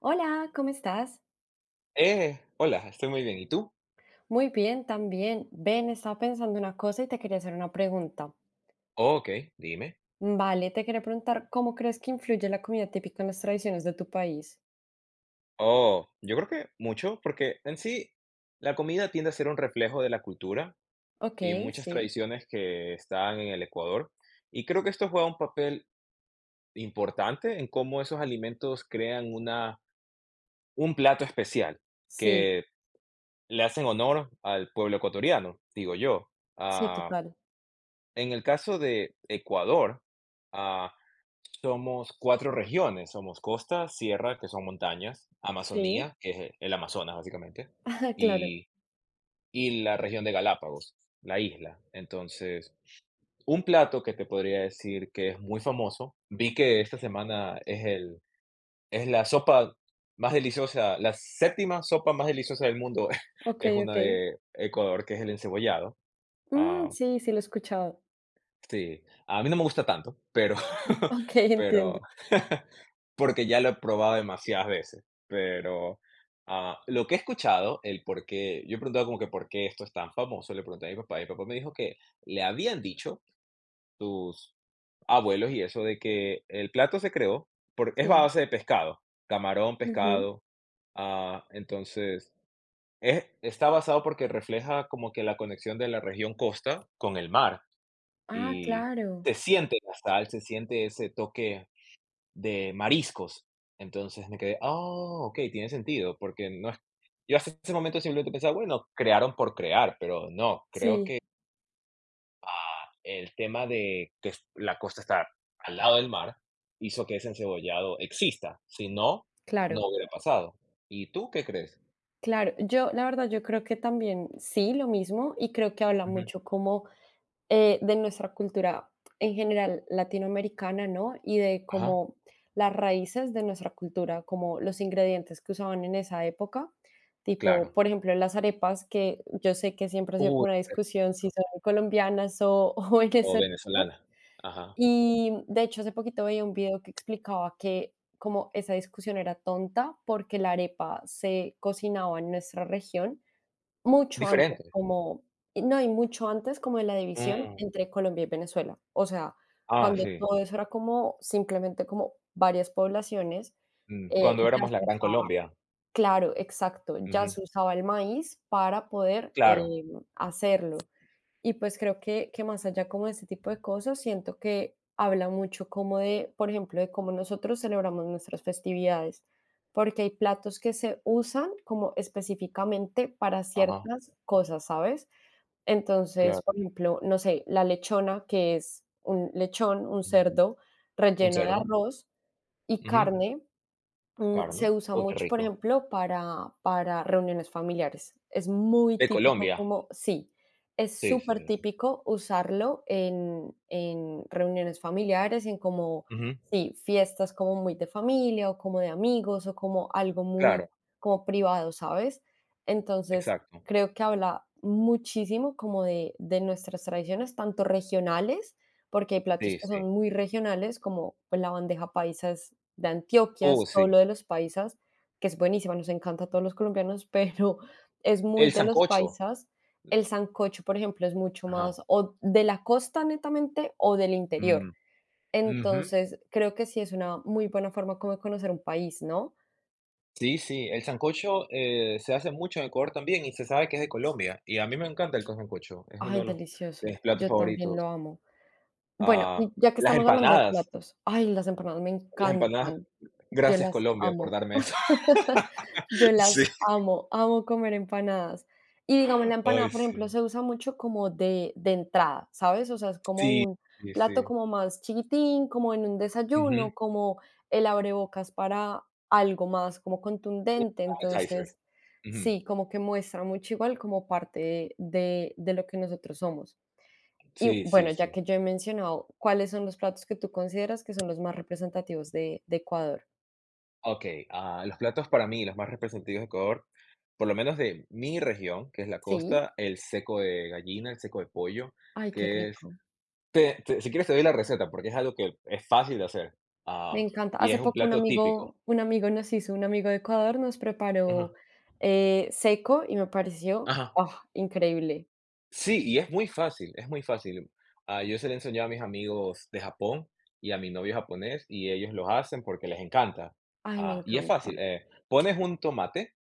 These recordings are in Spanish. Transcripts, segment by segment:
Hola, ¿cómo estás? Hola, estoy muy bien. ¿Y tú? Muy bien, también. Ben, estaba pensando una cosa y te quería hacer una pregunta. Oh, ok, dime. Vale, te quería preguntar, ¿cómo crees que influye la comida típica en las tradiciones de tu país? Oh, yo creo que mucho, porque en sí la comida tiende a ser un reflejo de la cultura Ok, y muchas sí, tradiciones que están en el Ecuador. Y creo que esto juega un papel importante en cómo esos alimentos crean una, un plato especial sí, que le hacen honor al pueblo ecuatoriano, digo yo. sí, Ah, total. en el caso de Ecuador, ah, somos cuatro regiones, somos costa, sierra, que son montañas, Sí, Amazonía, que es el Amazonas básicamente, claro. y, y la región de Galápagos, la isla. Entonces, un plato que te podría decir que es muy famoso, vi que esta semana es la sopa más deliciosa, la séptima sopa más deliciosa del mundo, Ok, es ok. una de Ecuador, que es el encebollado. Mm, Ah, sí, sí, lo he escuchado. sí, a mí no me gusta tanto, pero, Ok, entiendo. pero porque ya lo he probado demasiadas veces, pero, lo que he escuchado, el por qué yo he preguntado como que por qué esto es tan famoso, le pregunté a mi papá, y mi papá me dijo que le habían dicho tus abuelos y eso de que el plato se creó porque es Sí. base de pescado, camarón, Ujú. pescado, entonces, es está basado porque refleja como que la conexión de la región costa con el mar, Ah, y claro. se siente la sal, se siente ese toque de mariscos. Entonces me quedé, ah, ok, tiene sentido, porque no es... Yo hasta ese momento simplemente pensaba, bueno, crearon por crear, pero no, creo Sí, que ah, el tema de que la costa está al lado del mar hizo que ese encebollado exista. Si no, no claro, hubiera pasado. ¿Y tú qué crees? claro. Yo, la verdad, yo creo que también sí, lo mismo, y creo que habla Ujú. mucho como de nuestra cultura en general latinoamericana, ¿no? Y de Ajá, como las raíces de nuestra cultura, como los ingredientes que usaban en esa época, tipo, claro. por ejemplo, las arepas, que yo sé que siempre ha sido como Uy, una discusión si rico. son colombianas o, o O venezolanas. venezolana. Ajá. Y de hecho, hace poquito veía un video que explicaba que como esa discusión era tonta porque la arepa se cocinaba en nuestra región mucho antes, Diferente. como y no, y mucho antes como de la división Mm. entre Colombia y Venezuela. O sea, Ah, cuando sí. todo eso era como simplemente como varias poblaciones, Mm. Cuando ya éramos la se Gran usaba Colombia. claro, exacto, ya Ujú. se usaba el maíz para poder, Claro. Hacerlo. Y pues creo que más allá como de este tipo de cosas, siento que habla mucho como de, por ejemplo, de cómo nosotros celebramos nuestras festividades, porque hay platos que se usan como específicamente para Ajá, ciertas cosas, ¿sabes? Entonces, claro. por ejemplo, no sé, la lechona, que es un lechón, un Ujú. cerdo Un relleno de cerdo, arroz y ujú, carne, se carne. usa Oh, qué mucho, por rico. ejemplo, para, reuniones familiares. Es muy De típico Colombia. como, sí, es Sí, súper sí, sí. típico usarlo en reuniones familiares, en como, Ujú. sí, fiestas como muy de familia o como de amigos o como algo Claro, muy como privado, ¿sabes? Entonces, exacto. creo que habla muchísimo como de nuestras tradiciones, tanto regionales, porque hay platos Sí, que sí. son muy regionales, como pues, la bandeja paisa es de Antioquia, Oh, solo sí. de los paisas, que es buenísima, nos encanta a todos los colombianos, pero es muy El de los sancocho. paisas. El sancocho, por ejemplo, es mucho Ajá. más o de la costa netamente o del interior. Mm, ujú. Entonces, creo que sí es una muy buena forma como de conocer un país, ¿no? Sí, sí, el sancocho, se hace mucho en Ecuador también y se sabe que es de Colombia, y a mí me encanta el sancocho, es uno Ay, de delicioso. mis platos Yo también favoritos. lo amo. Bueno, Ah, y ya que las estamos hablando de empanadas, platos, ay, las empanadas me las empanadas encantan. Yo gracias, las Colombia, por amo. darme eso. Yo Sí. las amo, amo comer empanadas. Y digamos, la empanada, Ay, por ejemplo, sí. se usa mucho como de entrada, ¿sabes? O sea, es como Sí, un sí, plato sí. como más chiquitín, como en un Ujú. desayuno, como el abrebocas para algo más como contundente. Appetizer. Entonces, Ujú. sí, como que muestra mucho igual como parte de lo que nosotros somos. Y Sí, sí, bueno, ya sí. que yo he mencionado, ¿cuáles son los platos que tú consideras que son los más representativos de Ecuador? Okey, los platos para mí, los más representativos de Ecuador, por lo menos de mi región, que es la Sí. costa, el seco de gallina, el seco de pollo, Ay, qué que es rico. te te si quieres te doy la receta, porque es algo que es fácil de hacer, Me ah, encanta. y Hace es un poco un plato amigo típico. un amigo nos hizo, un amigo de Ecuador nos preparó, Ajá, seco y me pareció, ajá. ah, increíble. Sí, y es muy fácil, es muy fácil. Ah, yo se lo he enseñado a mis amigos de Japón y a mi novio japonés, y ellos lo hacen porque les encanta. Ay, me Ah, y es fácil, encanta. Pones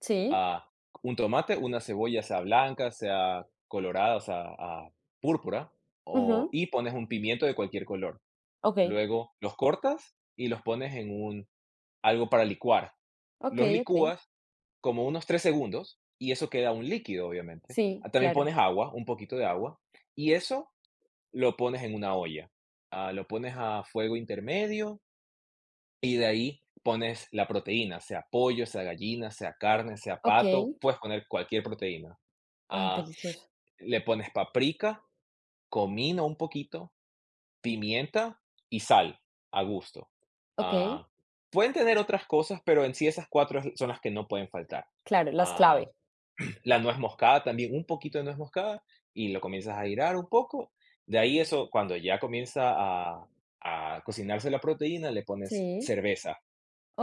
Sí, a un tomate, una cebolla, sea blanca, sea colorada, o sea, ah, púrpura, o, ujú, y pones un pimiento de cualquier color. okey, Luego los cortas y los pones en un algo para licuar. Los okey, okey. licúas como unos 3 segundos y eso queda un líquido, obviamente. Sí, Ah, también claro. pones agua, un poquito de agua, y eso lo pones en una olla. Lo pones a fuego intermedio y de ahí pones la proteína, sea pollo, sea gallina, sea carne, sea pato, Okey. puedes poner cualquier proteína. Ay, Ah, delicioso. Le pones paprika, comino un poquito, pimienta y sal a gusto. Okey, Ah, Pueden tener otras cosas, pero en sí esas 4 es son las que no pueden faltar. claro, las Ah, clave. la nuez moscada también, un poquito de nuez moscada y lo comienzas a girar un poco. De ahí eso, cuando ya comienza a a cocinarse la proteína, le pones Sí, cerveza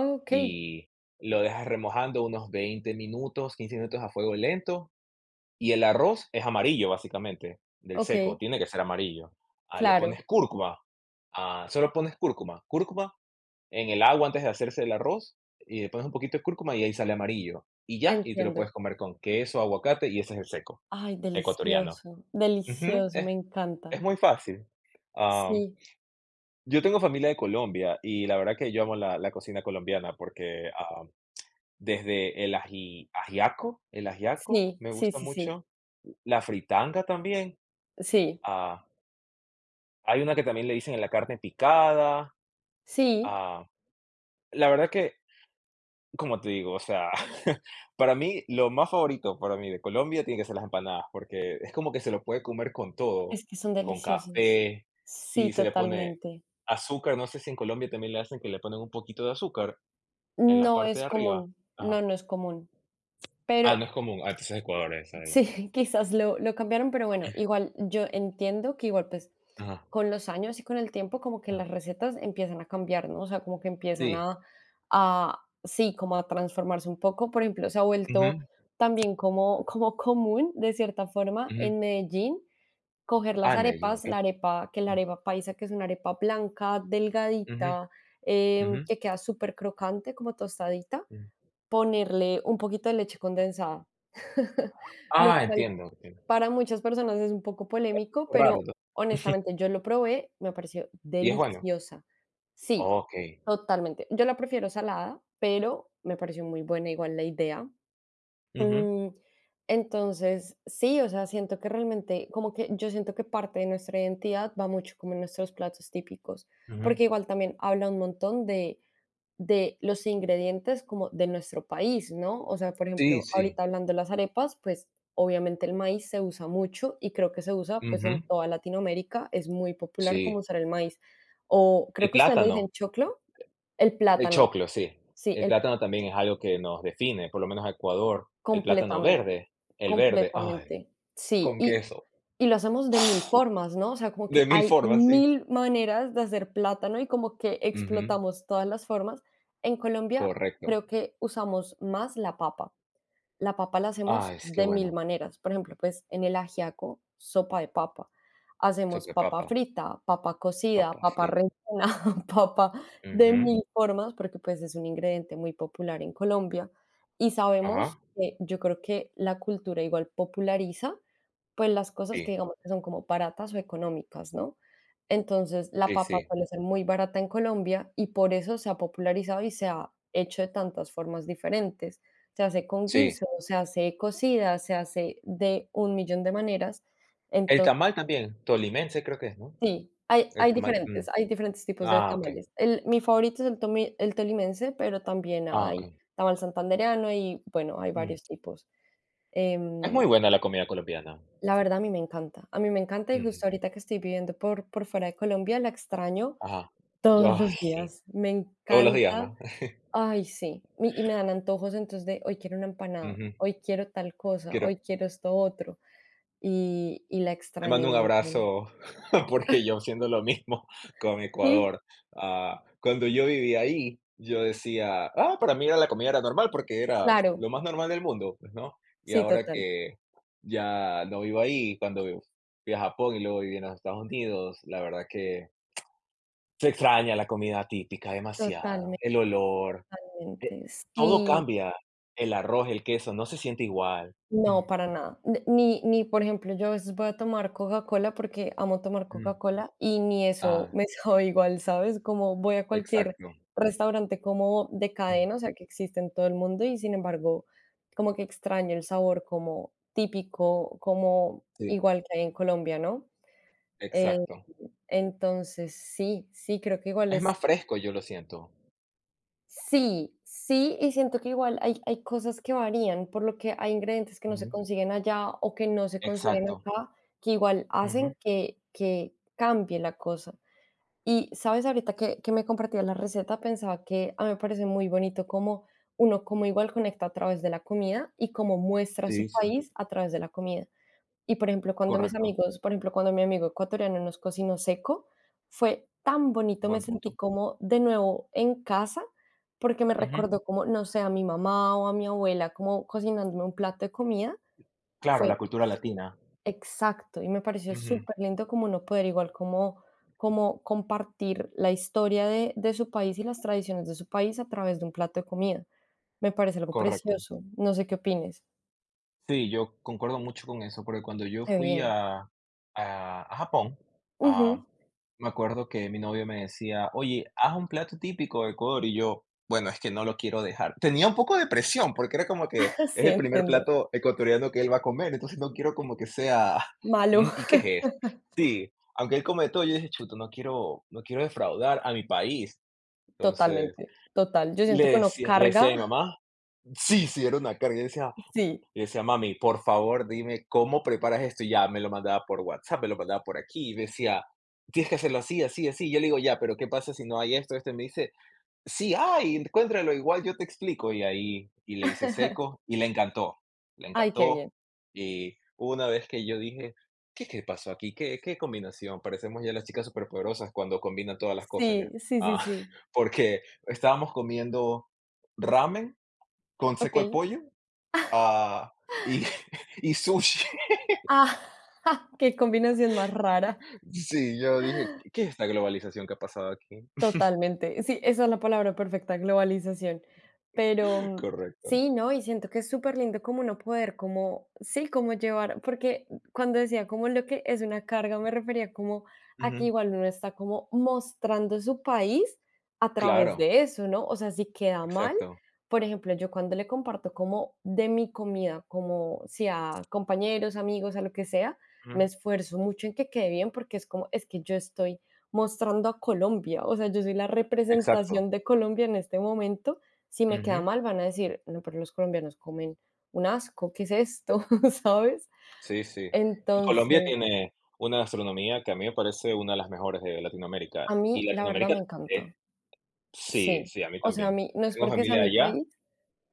okey, y lo dejas remojando unos 20 minutos, 15 minutos a fuego lento. Y el arroz es amarillo, básicamente, del seco, okey, tiene que ser amarillo. Le claro, pones cúrcuma, solo pones cúrcuma, cúrcuma en el agua antes de hacerse el arroz, y le pones un poquito de cúrcuma y ahí sale amarillo. Y ya, y te lo entiendo. puedes comer con queso, aguacate y ese es el seco, Ay, ecuatoriano. delicioso, Ujú, delicioso, me encanta. es muy fácil. Ah, Sí, yo tengo familia de Colombia y la verdad que yo amo la cocina colombiana porque, desde el ajiaco sí, me sí, gusta sí, sí, mucho, la fritanga también, sí, ah, hay una que también le dicen en la carne picada, sí. ah, la verdad que, como te digo, o sea, para mí, lo más favorito para mí de Colombia tiene que ser las empanadas, porque es como que se lo puede comer con todo, Es que son con deliciosos. café Sí, y se le pone totalmente. azúcar, no sé si en Colombia también le hacen que le ponen un poquito de azúcar en la No parte es de arriba. común, no, Ajá. no es común. Ah, Pero no es común. Ah, entonces Ecuador es ahí. sí, quizás lo cambiaron, pero bueno, igual yo entiendo que igual pues Ajá, con los años y con el tiempo como que ajá. las recetas empiezan a cambiar, ¿no? O sea, como que empiezan Sí. A sí, como a transformarse un poco. Por ejemplo, se ha vuelto Ujú, también como, común de cierta forma ujú. en Medellín coger las Ah, en Medellín, arepas, la okey. arepa, que la Ujú, arepa paisa, que es una arepa blanca, ujú, delgadita, que queda súper crocante, como tostadita, ujú. ponerle un poquito de leche condensada, lo Ah, cual entiendo, entiendo. para muchas personas es un poco polémico, pero Raro. honestamente yo lo probé, me pareció ¿Y es bueno? deliciosa. Sí, Okey. totalmente. Yo la prefiero salada, pero me pareció muy buena igual la idea. Ujú, Mm, entonces, sí, o sea, siento que realmente, como que yo siento que parte de nuestra identidad va mucho como en nuestros platos típicos, ujú. porque igual también habla un montón de, los ingredientes como de nuestro país, ¿no? O sea, por Sí, ejemplo, sí. ahorita hablando de las arepas, pues obviamente el maíz se usa mucho y creo que se usa pues Ujú, en toda Latinoamérica, es muy popular como sí. usar el maíz. O El creo que ustedes le dicen plátano, choclo, el el plátano, choclo, sí. sí, El el plátano también es algo que nos define, por lo menos a Ecuador. El plátano Completamente, verde, el verde, ay, completamente. Sí, con y queso. y lo hacemos de mil formas, ¿no? O sea, como que De mil hay formas, sí. mil maneras de hacer plátano y como que Ujú, explotamos todas las formas. En Colombia correcto. creo que usamos más la papa. La papa la hacemos Ay, es que de mil bueno. maneras. Por ejemplo, pues en el ajiaco, sopa de papa. Hacemos Sopa de papa papa, frita, papa cocida, papa papa frita. rellena, papa de Ujú, mil formas, porque pues es un ingrediente muy popular en Colombia. Y sabemos ajá. que yo creo que la cultura igual populariza pues las cosas que Sí, digamos que son como baratas o económicas, ¿no? Entonces, la sí, papa sí, suele ser muy barata en Colombia y por eso se ha popularizado y se ha hecho de tantas formas diferentes. Se hace con sí. guiso, se hace cocida, se hace de un millón de maneras. El Entonces, tamal también, tolimense creo que es, ¿no? sí, hay El hay tamal, mm. diferentes, hay diferentes tipos de Ah, okey, tamales. El mi favorito es el tolimense, pero también ah, hay okey. tamal santandereano y, bueno, hay varios tipos. Es Em, muy buena la comida colombiana. la verdad, a mí me encanta. A mí me encanta y Ujú. justo ahorita que estoy viviendo por fuera de Colombia, la extraño Ajá. todos Ay, los sí. días. Me Todos los días, encanta. ¿no? Ay, sí. Mi y me dan antojos, entonces, de hoy quiero una empanada, Ujú. hoy quiero tal cosa, Quiero hoy quiero esto otro. Y la te extraño mando un un montón. abrazo, porque yo siendo lo mismo con Sí, Ecuador. Cuando yo vivía ahí, yo decía: "Ah, para mí era la comida era normal, porque era claro. lo más normal del mundo", pues, ¿no? Y Sí, ahora total. que ya no vivo ahí, cuando vi fui a Japón y luego viví en los Estados Unidos, la verdad que se extraña la comida típica demasiado, Totalme el olor. Eh, totalmente. Todo Sí, cambia, el arroz, el queso, no se siente igual. Mm, no, para nada. N ni ni, por ejemplo, yo a veces voy a tomar Coca-Cola porque amo tomar mm. Coca-Cola y ni eso Ah, me sabe igual, ¿sabes? Como voy a cualquier exacto. restaurante como de Mm, cadena, o sea, que existe en todo el mundo y, sin embargo, como que extraño el sabor como típico, como sí, igual que hay en Colombia, ¿no? Eh, exacto. entonces sí, sí, creo que igual Es más fresco, yo lo siento. Sí, sí, y siento que igual hay, hay cosas que varían, por lo que hay ingredientes que no se Ujú. consiguen allá o que no se consiguen Exacto. acá, que igual Ujú. hacen que cambie la cosa. Y sabes, ahorita que me compartías la receta, pensaba que a mí me parece muy bonito cómo uno como igual conecta a través de la comida y cómo muestra su Sí, sí, país a través de la comida. Y, por ejemplo, cuando mis correcto, amigos, por ejemplo, cuando mi amigo ecuatoriano nos cocinó seco, fue tan bonito, me buen sentí punto. como de nuevo en casa, porque me Ujú. recordó como, no sé, a mi mamá o a mi abuela, como cocinándome un plato de comida. Claro, Fue la cultura latina. exacto, y me pareció Ujú. súper lindo como uno poder igual como compartir la historia de su país y las tradiciones de su país a través de un plato de comida. Me parece algo Correcto. precioso, no sé qué opines. Sí, yo concuerdo mucho con eso, porque cuando yo Qué fui bien. a Japón, ah, Ujú. me acuerdo que mi novio me decía, oye, haz un plato típico de Ecuador, y yo, bueno, es que no lo quiero dejar. Tenía un poco de presión, porque era como que es Sí, el primer entiendo. plato ecuatoriano que él va a comer, entonces no quiero como que sea, Malo. "Mm, ¿y qué es esto?". Sí, aunque él come de todo, yo dije, chuto, no quiero, no quiero defraudar a mi país. Entonces, Totalmente, total. Yo siento que uno le carga decía a mi mamá, sí, sí, era una carga, y yo decía, sí. y decía, mami, por favor, dime cómo preparas esto. Y ya me lo mandaba por WhatsApp, me lo mandaba por aquí. Y me decía, tienes que hacerlo así, así, así. Yo le digo, ya, pero ¿qué pasa si no hay esto? Este me dice, sí, hay, encuéntralo igual, yo te explico. Y ahí, y le hice seco y le encantó, le Ay, qué encantó. bien. Y hubo una vez que yo dije, ¿qué, qué pasó aquí? ¿Qué, qué combinación? Parecemos ya las chicas superpoderosas cuando combinan todas las cosas Sí, ya. sí, sí, Ah, sí. porque estábamos comiendo ramen con seco de Okey. pollo. Ah, y y sushi. Ah, qué combinación más rara. Sí, yo dije: "¿Qué es esta globalización que ha pasado aquí?". Totalmente. Sí, esa es la palabra perfecta, globalización. Pero mm, Correcto. sí, ¿no? Y siento que es súper lindo como uno poder, como, sí, como llevar, porque cuando decía como lo que es una carga, me refería como a que Ujú. igual uno está como mostrando su país a través Claro, de eso, ¿no? O sea, si queda mal, exacto. por ejemplo, yo cuando le comparto como de mi comida, como si a compañeros, amigos, a lo que sea, me Ujú. esfuerzo mucho en que quede bien porque es como, es que yo estoy mostrando a Colombia. O sea, yo soy la Exacto. representación de Colombia en este momento. Si me queda Ujú. mal, van a decir, no, pero los colombianos comen un asco, ¿qué es esto? ¿Sabes? Sí, sí. Y Colombia Entonces, tiene una gastronomía que a mí me parece una de las mejores de Latinoamérica. a Y mí, la verdad, Latinoamérica me eh, encanta. sí, Sí. sí, a mí O sea, a también. mí no es Tengo porque sea familia mi allá. país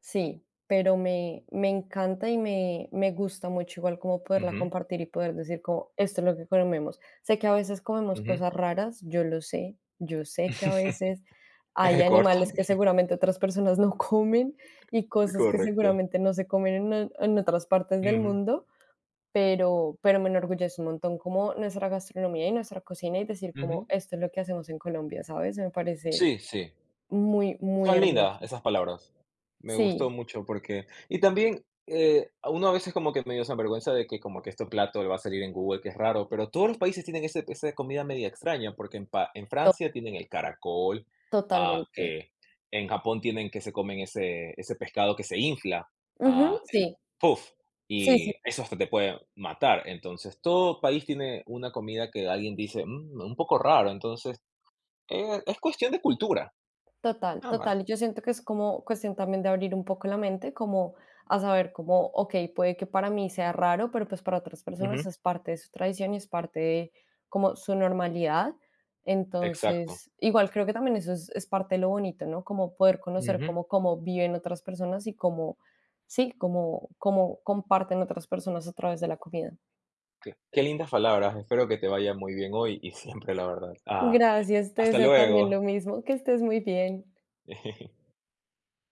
Sí, pero me encanta y me gusta mucho igual como poderla Ujú, compartir y poder decir como: "Esto es lo que comemos". Sé que a veces comemos ujú. cosas raras, yo lo sé, yo sé que a veces hay Ecuador animales que también. seguramente otras personas no comen y cosas que Correcto. seguramente no se comen en o en otras partes del Ujú, mundo, pero me enorgullece un montón como nuestra gastronomía y nuestra cocina y decir como: ujú. "Esto es lo que hacemos en Colombia", ¿sabes? Me parece Sí, sí. muy, muy Son lindas hermoso. esas palabras. Me Sí, gustó mucho porque y también, a uno a veces como que medio se avergüenza de que como que este plato le va a salir en Google, que es raro, pero todos los países tienen ese esa comida media extraña, porque en to Francia tienen el caracol, ah, totalmente. que en Japón tienen que se comen ese pescado que se infla, Ujú, ah, el sí, puff, sí, sí, y eso hasta te puede matar. Entonces, todo país tiene una comida que alguien dice: "Mm, un poco raro". Entonces, es cuestión de cultura, total, nada total. más. Y yo siento que es como cuestión también de abrir un poco la mente, como a saber como, ok, puede que para mí sea raro, pero pues para otras personas Ujú. es parte de su tradición y es parte de como su normalidad. Exacto. Entonces, igual creo que también eso es parte de lo bonito, ¿no? Como poder conocer Ujú. cómo viven otras personas y cómo, sí, cómo comparten otras personas a través de la comida. Qué lindas palabras. Espero que te vaya muy bien hoy y siempre, la verdad. Gracias, te Hasta deseo también lo luego. mismo, que estés muy bien.